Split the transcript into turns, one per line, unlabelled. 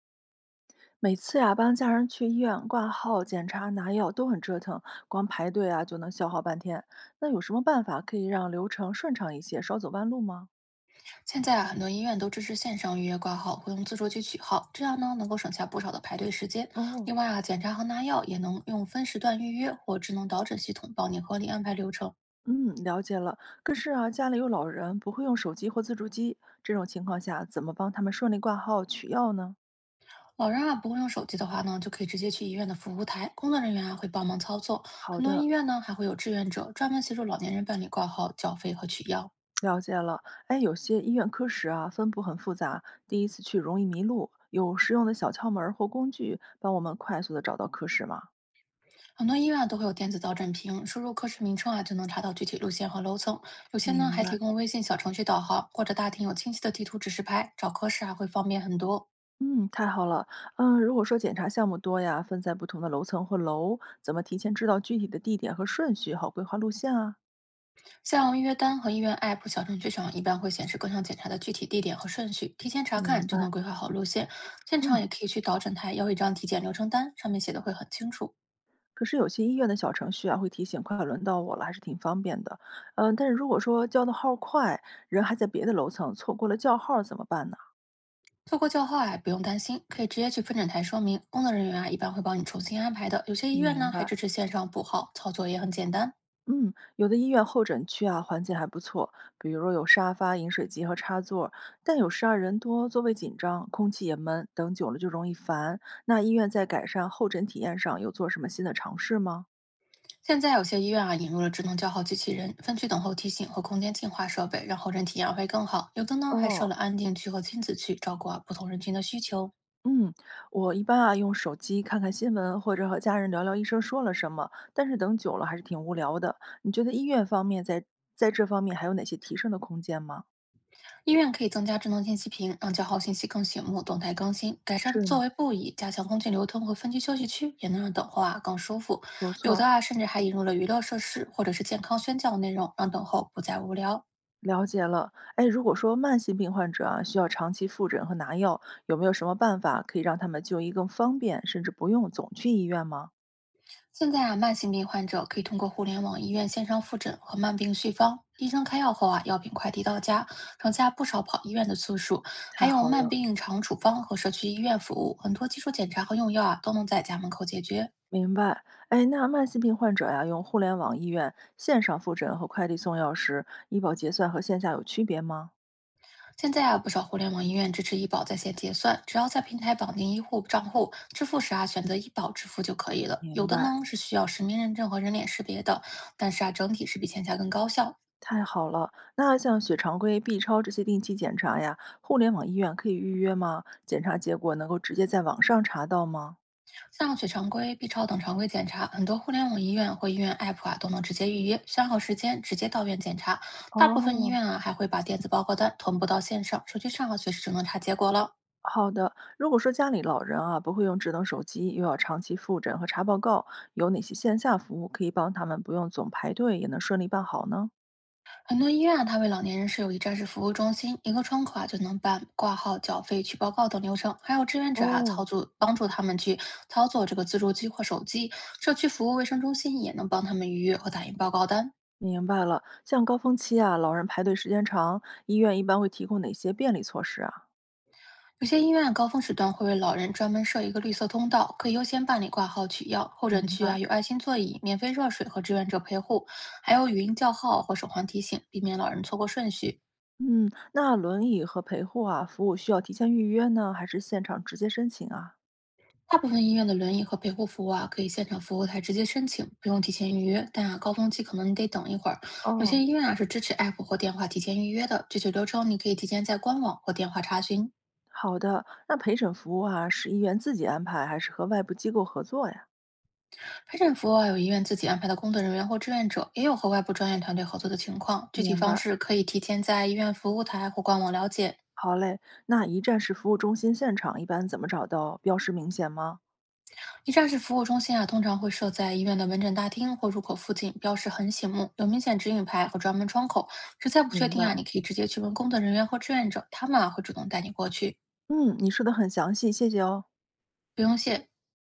每次呀、帮家人去医院挂号、检查、拿药都很折腾，光排队啊就能消耗半天。那有什么办法可以让流程顺畅一些，少走弯路吗？
现在啊，很多医院都支持线上预约挂号，会用自助去取号，这样呢能够省下不少的排队时间。
哦。
另外啊，检查和拿药也能用分时段预约或智能导诊系统帮你合理安排流程。
嗯，了解了。可是啊，家里有老人不会用手机或自助机，这种情况下怎么帮他们顺利挂号取药呢？
老人啊不会用手机的话呢，就可以直接去医院的服务台，工作人员啊会帮忙操作。
好
很多医
的，
院呢还会有志愿者专门协助老年人办理挂号、缴费和取药。
了解了。哎，有些医院科室啊分布很复杂，第一次去容易迷路，有实用的小窍门儿或工具帮我们快速的找到科室吗？
很多医院啊都会有电子导诊屏，输入科室名称啊，就能查到具体路线和楼层。有些呢
明
还
白。
提供微信小程序导航，或者大厅有清晰的地图指示牌，找科室啊会方便很多。
嗯，太好了。嗯，如果说检查项目多呀，分在不同的楼层或楼，怎么提前知道具体的地点和顺序，好规划路线啊？
像预约单和医院 app 小程序上，一般会显示各项检查的具体地点和顺序，提前查看
明
就
白。
能规划好路线。现场
嗯，
也可以去导诊台要一张体检流程单，上面写的会很清楚。
可是有些医院的小程序啊，会提醒快轮到我了，还是挺方便的。嗯，但是如果说叫的号儿快，人还在别的楼层，错过了叫号儿怎么办呢？
错过叫号啊，不用担心，可以直接去分诊台说明，工作人员啊一般会帮你重新安排的。有些医院
明
呢还
白。
支持线上补号，操作也很简单。
嗯，有的医院候诊区啊，环境还不错，比如有沙发、饮水机和插座，但有时啊人多，座位紧张，空气也闷，等久了就容易烦。那医院在改善候诊体验上有做什么新的尝试吗？
现在有些医院啊引入了智能叫号机器人、分区等候提醒和空间净化设备，让候诊体验会更好。有的呢还设
哦。
了安静区和亲子区，照顾啊不同人群的需求。
嗯，我一般啊用手机看看新闻，或者和家人聊聊医生说了什么，但是等久了还是挺无聊的。你觉得医院方面在这方面还有哪些提升的空间吗？
医院可以增加智能信息屏，让叫号信息更醒目、动态更新，改善
是
座
呢，
位布椅，加强空气流通和分区休息区，也能让等候啊更舒服。
不
有的
错。
啊甚至还引入了娱乐设施或者是健康宣教内容，让等候不再无聊。
了解了。哎，如果说慢性病患者啊需要长期复诊和拿药，有没有什么办法可以让他们就医更方便，甚至不用总去医院吗？
现在啊，慢性病患者可以通过互联网医院线上复诊和慢病续方，医生开药后啊，药品快递到家，省下不少跑医院的次数。
太
还有
好
慢
了。
病常处方和社区医院服务，很多基础检查和用药啊都能在家门口解决。
明白。哎，那慢性病患者呀，用互联网医院线上复诊和快递送药时，医保结算和线下有区别吗？
现在啊，不少互联网医院支持医保在线结算，只要在平台绑定医护账户，支付时啊选择医保支付就可以了。有
明
的
白。
呢是需要实名认证和人脸识别的，但是啊整体是比线下更高效。
太好了，那像血常规、B 超这些定期检查呀，互联网医院可以预约吗？检查结果能够直接在网上查到吗？
像血常规、B 超等常规检查，很多互联网医院或医院 App 啊都能直接预约，选好时间直接到院检查。大部分医
哦。
院啊还会把电子报告单同步到线上，手机上啊随时就能查结果了。
好的，如果说家里老人啊不会用智能手机，又要长期复诊和查报告，有哪些线下服务可以帮他们不用总排队也能顺利办好呢？
很多医院啊，它为老年人设有一站式服务中心，一个窗口啊就能办挂号、缴费、取报告等流程，还有志愿者啊
哦。
操作帮助他们去操作这个自助机或手机。社区服务卫生中心也能帮他们预约和打印报告单，
明白了，像高峰期啊，老人排队时间长，医院一般会提供哪些便利措施啊？
有些医院啊高峰时段会为老人专门设一个绿色通道，可以优先办理挂号取药。候诊
明
区
白。
啊有爱心座椅、免费热水和志愿者陪护，还有语音叫号或手环提醒，避免老人错过顺序。
嗯，那轮椅和陪护啊，服务需要提前预约呢，还是现场直接申请啊？
大部分医院的轮椅和陪护服务啊，可以现场服务台直接申请，不用提前预约。但啊，高峰期可能你得等一会儿。有些
哦。
医院啊是支持 app 或电话提前预约的，具体流程你可以提前在官网或电话查询。
好的，那陪诊服务啊，是医院自己安排，还是和外部机构合作呀？
派遣服务啊，有医院自己安排的工作人员或志愿者，也有和外部专业团队合作的情况。具体
明
方
白。
式可以提前在医院服务台或官网了解。
好嘞，那一站式服务中心现场一般怎么找到？标识明显吗？
一站式服务中心啊，通常会设在医院的门诊大厅或入口附近，标识很醒目，有明显指引牌和专门窗口。实在不确
明
定
白。
啊，你可以直接去问工作人员或志愿者，他们啊会主动带你过去，
嗯，你说的很详细，谢谢哦。
不用谢。